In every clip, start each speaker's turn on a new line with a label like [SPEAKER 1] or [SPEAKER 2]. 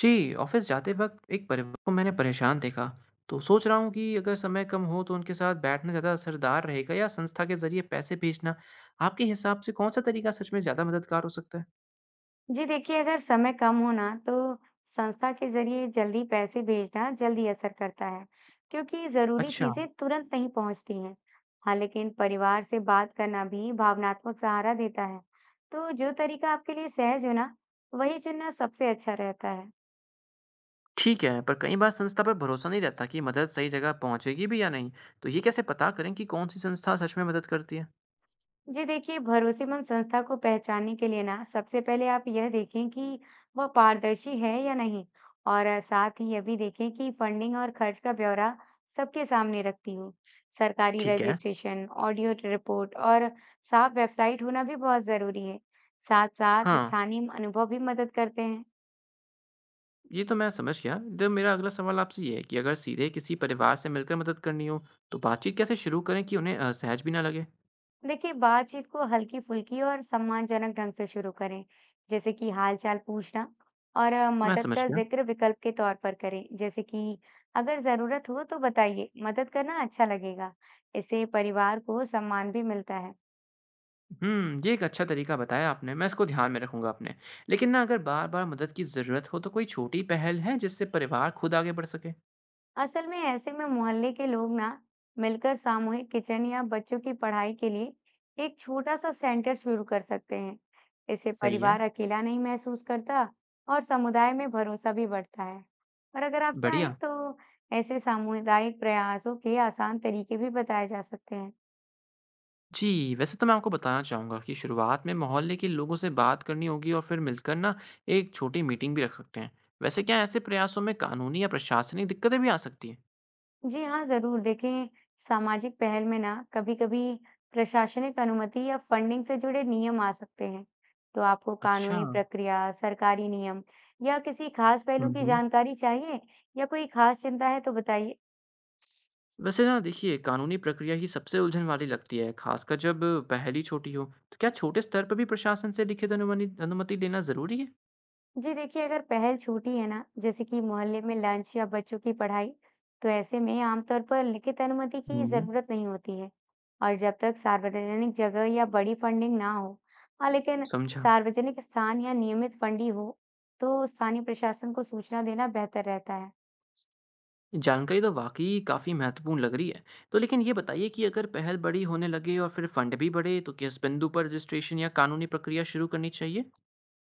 [SPEAKER 1] जी, office जाते वक़्त एक परिवार को मैंने परेशान देखा, तो सोच रहा हूँ कि अगर समय कम हो तो उनके साथ बैठना ज़्यादा असरदार रहेगा या संस्था के ज़रिए पैसे भेजना। आपके हिसाब से कौन-सा तरीका सच में ज़्यादा मददगार हो सकता है?
[SPEAKER 2] जी देखिए, अगर समय कम हो ना तो संस्था के ज़रिए जल्दी पैसे भेजना जल्दी असर करता है, क्योंकि ज़रूरी
[SPEAKER 1] अच्छा,
[SPEAKER 2] चीज़ें तुरंत नहीं पहुंचती हैं। हाँ, लेकिन परिवार से बात करना भी भावनात्मक सहारा देता है। तो जो तरीका आपके लिए सहज हो ना, वही चुनना सबसे अच्छा रहता है।
[SPEAKER 1] ठीक है, पर कई बार संस्था पर भरोसा नहीं रहता कि मदद सही जगह पहुँचेगी भी या नहीं, तो ये कैसे पता करें कि कौन-सी संस्था सच में मदद करती है?
[SPEAKER 2] जी देखिए, भरोसेमंद संस्था को पहचानने के लिए ना सबसे पहले आप यह देखें कि वह पारदर्शी है या नहीं और साथ ही यह भी देखें कि फंडिंग और खर्च का ब्यौरा सबके सामने रखती हो। सरकारी
[SPEAKER 1] ठीक है,
[SPEAKER 2] रजिस्ट्रेशन, ऑडियो रिपोर्ट और साफ वेबसाइट होना भी बहुत जरूरी है। साथ-साथ
[SPEAKER 1] हाँ,
[SPEAKER 2] स्थानीय अनुभव भी मदद करते हैं।
[SPEAKER 1] ये तो मैं समझ गया। तो मेरा अगला सवाल आपसे ये है कि अगर सीधे किसी परिवार से मिलकर मदद करनी हो, तो बातचीत कैसे शुरू करें कि उन्हें असहज भी ना लगे?
[SPEAKER 2] देखिए बातचीत को हल्की फुल्की और सम्मानजनक ढंग से शुरू करें जैसे कि हाल चाल पूछना और
[SPEAKER 1] मैं
[SPEAKER 2] मदद
[SPEAKER 1] समझ
[SPEAKER 2] का
[SPEAKER 1] गया।
[SPEAKER 2] जिक्र विकल्प के तौर पर करें जैसे कि अगर जरूरत हो तो बताइए मदद करना अच्छा लगेगा। इससे परिवार को सम्मान भी मिलता है।
[SPEAKER 1] हुँ, ये एक अच्छा तरीका बताया आपने, मैं इसको ध्यान में रखूँगा अपने। लेकिन ना अगर बार-बार मदद की ज़रूरत हो तो कोई छोटी पहल है जिससे परिवार खुद आगे बढ़ सके?
[SPEAKER 2] असल में ऐसे में मोहल्ले के लोग ना मिलकर सामूहिक किचन या बच्चों की पढ़ाई के लिए एक छोटा सा सेंटर शुरू कर सकते हैं। इससे
[SPEAKER 1] सही
[SPEAKER 2] परिवार
[SPEAKER 1] है,
[SPEAKER 2] अकेला नहीं महसूस करता और समुदाय में भरोसा भी बढ़ता है। और अगर आप चाहें
[SPEAKER 1] बढ़िया।
[SPEAKER 2] तो ऐसे सामुदायिक प्रयासों के आसान तरीके भी बताए जा सकते हैं।
[SPEAKER 1] जी, वैसे तो मैं आपको बताना चाहूँगा कि शुरुआत में मोहल्ले के लोगों से बात करनी होगी और फिर मिलकर ना एक छोटी मीटिंग भी रख सकते हैं। वैसे क्या ऐसे प्रयासों में कानूनी या प्रशासनिक दिक्कतें भी आ सकती हैं?
[SPEAKER 2] जी हाँ, ज़रूर। देखें, सामाजिक पहल में ना कभी-कभी प्रशासनिक अनुमति या फंडिंग से जुड़े नियम आ सकते हैं। तो आपको
[SPEAKER 1] अच्छा।
[SPEAKER 2] कानूनी प्रक्रिया, सरकारी नियम या किसी खास पहलू
[SPEAKER 1] हुँ,
[SPEAKER 2] की
[SPEAKER 1] हुँ।
[SPEAKER 2] जानकारी चाहिए या कोई खास चिंता है तो बताइए।
[SPEAKER 1] वैसे ना देखिए कानूनी प्रक्रिया ही सबसे उलझन वाली लगती है खासकर जब पहेली छोटी हो तो क्या छोटे स्तर पर भी प्रशासन से लिखित अनुमति अनुमति लेना जरूरी है।
[SPEAKER 2] जी देखिए, अगर पहल छोटी है ना जैसे कि मोहल्ले में लंच या बच्चों की पढ़ाई, तो ऐसे में आमतौर पर लिखित अनुमति की
[SPEAKER 1] हम्म।
[SPEAKER 2] जरूरत नहीं होती है और जब तक सार्वजनिक जगह या बड़ी फंडिंग ना हो। हाँ लेकिन
[SPEAKER 1] समझा।
[SPEAKER 2] सार्वजनिक स्थान या नियमित फंडी हो तो स्थानीय प्रशासन को सूचना देना बेहतर रहता है।
[SPEAKER 1] जानकारी तो वाकई काफी महत्वपूर्ण लग रही है, तो लेकिन ये बताइए कि अगर पहल बड़ी होने लगे और फिर फंड भी बढ़े तो किस बिंदु पर रजिस्ट्रेशन या कानूनी प्रक्रिया शुरू करनी चाहिए?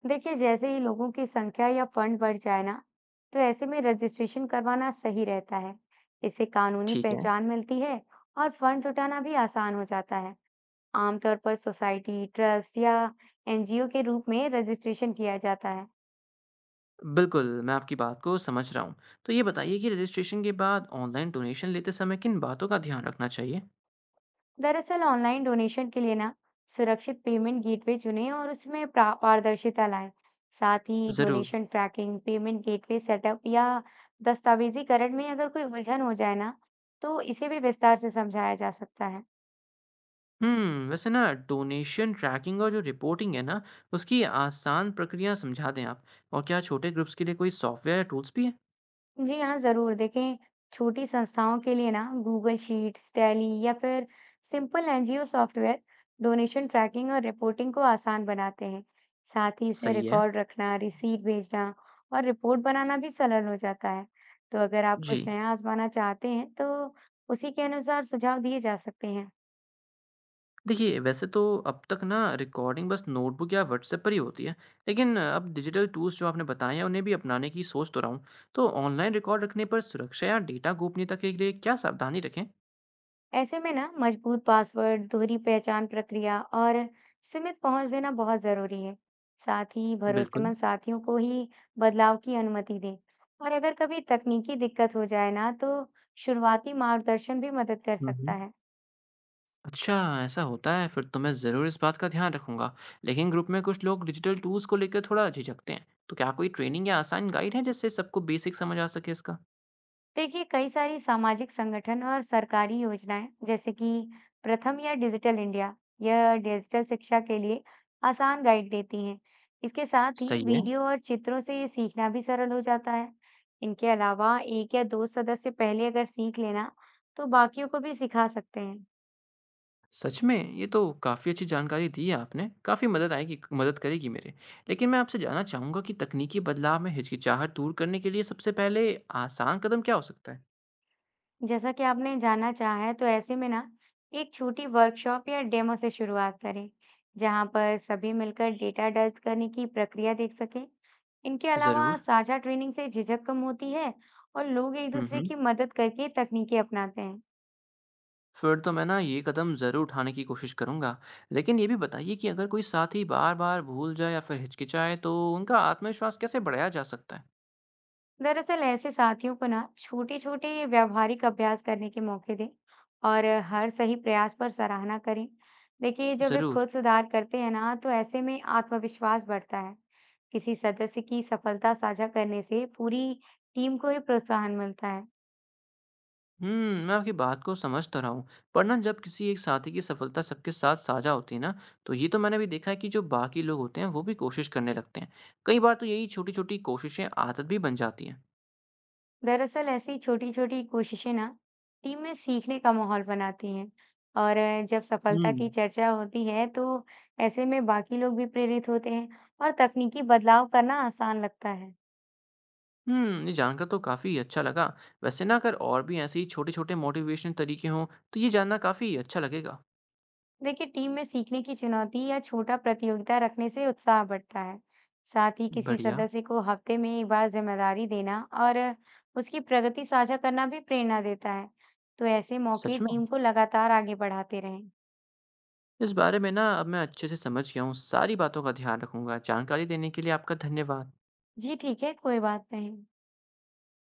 [SPEAKER 2] देखिए, जैसे ही लोगों की संख्या या फंड बढ़ जाए ना तो ऐसे में रजिस्ट्रेशन करवाना सही रहता है। इससे कानूनी
[SPEAKER 1] ठीक है।
[SPEAKER 2] पहचान मिलती है और फंड जुटाना भी आसान हो जाता है। आमतौर पर सोसाइटी, ट्रस्ट या एनजीओ के रूप में रजिस्ट्रेशन किया जाता है।
[SPEAKER 1] बिल्कुल, मैं आपकी बात को समझ रहा हूँ। तो ये बताइए कि रजिस्ट्रेशन के बाद ऑनलाइन डोनेशन लेते समय किन बातों का ध्यान रखना चाहिए?
[SPEAKER 2] दरअसल ऑनलाइन डोनेशन के लिए ना सुरक्षित पेमेंट गेटवे चुनें और उसमें पारदर्शिता लाएं। साथ ही
[SPEAKER 1] ज़रूर।
[SPEAKER 2] Donation tracking, payment gateway setup या दस्तावेजीकरण में अगर कोई उलझन हो जाए ना, तो इसे भी विस्तार से समझाया जा सकता है।
[SPEAKER 1] हम्म, वैसे ना डोनेशन ट्रैकिंग और जो रिपोर्टिंग है ना उसकी आसान प्रक्रिया समझा दें आप। और क्या छोटे ग्रुप्स के लिए कोई सॉफ्टवेयर या टूल्स भी है?
[SPEAKER 2] जी हाँ, ज़रूर देखें। छोटी संस्थाओं के लिए ना गूगल शीट्स, टैली या फिर simple NGO software donation tracking और रिपोर्टिंग को आसान बनाते हैं। साथ ही इसे
[SPEAKER 1] सही है।
[SPEAKER 2] रिकॉर्ड रखना, रिसीट भेजना और रिपोर्ट बनाना भी सरल हो जाता है। तो अगर आप
[SPEAKER 1] जी।
[SPEAKER 2] कुछ नया आजमाना चाहते हैं, तो उसी के अनुसार सुझाव दिए जा सकते हैं।
[SPEAKER 1] देखिए वैसे तो अब तक ना रिकॉर्डिंग बस नोटबुक या व्हाट्सएप पर ही होती है, लेकिन अब डिजिटल टूल्स जो आपने बताए हैं उन्हें भी अपनाने की सोच तो रहा हूँ। तो ऑनलाइन रिकॉर्ड रखने पर सुरक्षा या डेटा गोपनीयता के लिए क्या सावधानी रखें?
[SPEAKER 2] ऐसे में ना मजबूत पासवर्ड, दोहरी पहचान प्रक्रिया और सीमित पहुंच देना बहुत जरूरी है। साथ ही
[SPEAKER 1] बिल्कुल।
[SPEAKER 2] भरोसेमंद साथियों को ही बदलाव की अनुमति दें और अगर कभी तकनीकी दिक्कत हो जाए ना तो शुरुआती मार्गदर्शन भी मदद कर सकता
[SPEAKER 1] हम्म।
[SPEAKER 2] है।
[SPEAKER 1] अच्छा, ऐसा होता है? फिर तो मैं ज़रूर इस बात का ध्यान रखूँगा। लेकिन ग्रुप में कुछ लोग डिजिटल टूल्स को लेकर थोड़ा झिझकते हैं। तो क्या कोई ट्रेनिंग या आसान गाइड है, जिससे सबको बेसिक समझ आ सके इसका?
[SPEAKER 2] देखिए, कई सारी सामाजिक संगठन और सरकारी योजनाएं जैसे कि प्रथम या डिजिटल इंडिया यह डिजिटल शिक्षा के लिए आसान गाइड देती हैं। इसके साथ ही
[SPEAKER 1] सही है।
[SPEAKER 2] वीडियो और चित्रों से ये सीखना भी सरल हो जाता है। इनके अलावा एक या दो सदस्य पहले अगर सीख लेना तो बाकियों को भी सिखा सकते हैं।
[SPEAKER 1] सच में, ये तो काफ़ी अच्छी जानकारी दी है आपने। काफ़ी मदद करेगी मेरे। लेकिन मैं आपसे जानना चाहूँगा कि तकनीकी बदलाव में हिचकिचाहट दूर करने के लिए सबसे पहले आसान कदम क्या हो सकता है?
[SPEAKER 2] जैसा कि आपने जानना चाहा है, तो ऐसे में ना एक छोटी वर्कशॉप या डेमो से शुरुआत करें, जहां पर सभी मिलकर डेटा दर्ज करने की प्रक्रिया देख सकें। इनके अलावा
[SPEAKER 1] ज़रूर।
[SPEAKER 2] साझा ट्रेनिंग से झिझक कम होती है और लोग एक
[SPEAKER 1] हुँ,
[SPEAKER 2] दूसरे
[SPEAKER 1] हुँ।
[SPEAKER 2] की मदद करके तकनीकें अपनाते हैं।
[SPEAKER 1] फिर तो मैं ना ये कदम ज़रूर उठाने की कोशिश करूँगा। लेकिन ये भी बताइए कि अगर कोई साथी बार-बार भूल जाए या फिर हिचकिचाए तो उनका आत्मविश्वास कैसे बढ़ाया जा सकता है?
[SPEAKER 2] दरअसल ऐसे साथियों को ना छोटे छोटे व्यावहारिक अभ्यास करने के मौके दें और हर सही प्रयास पर सराहना करें। देखिए, जब वे
[SPEAKER 1] ज़रूर।
[SPEAKER 2] खुद सुधार करते हैं ना तो ऐसे में आत्मविश्वास बढ़ता है। किसी सदस्य की सफलता साझा करने से पूरी टीम को ही प्रोत्साहन मिलता है।
[SPEAKER 1] हुँ, मैं आपकी बात को समझ तो रहा हूँ। पर ना जब किसी एक साथी की सफलता सबके साथ साझा होती है ना, तो ये तो मैंने भी देखा है कि जो बाकी लोग होते हैं वो भी कोशिश करने लगते हैं। कई बार तो यही छोटी-छोटी कोशिशें आदत भी बन जाती हैं।
[SPEAKER 2] दरअसल ऐसी छोटी छोटी कोशिशें ना टीम में सीखने का माहौल बनाती हैं और जब सफलता की
[SPEAKER 1] हुँ।
[SPEAKER 2] चर्चा होती है तो ऐसे में बाकी लोग भी प्रेरित होते हैं और तकनीकी बदलाव करना आसान लगता है।
[SPEAKER 1] हुँ, ये जानकर तो काफ़ी अच्छा लगा। वैसे ना अगर और भी ऐसे ही छोटे-छोटे मोटिवेशनल तरीके हों तो ये जानना काफ़ी अच्छा लगेगा।
[SPEAKER 2] देखिए, टीम में सीखने की चुनौती या छोटा प्रतियोगिता रखने से उत्साह बढ़ता है। साथ ही किसी
[SPEAKER 1] बढ़िया।
[SPEAKER 2] सदस्य को हफ्ते में एक बार जिम्मेदारी देना और उसकी प्रगति साझा करना भी प्रेरणा देता है। तो ऐसे मौके
[SPEAKER 1] सच में?
[SPEAKER 2] टीम को लगातार आगे बढ़ाते रहें।
[SPEAKER 1] इस बारे में ना अब मैं अच्छे से समझ गया हूँ, सारी बातों का ध्यान रखूँगा। जानकारी देने के लिए आपका धन्यवाद।
[SPEAKER 2] जी ठीक है, कोई बात नहीं।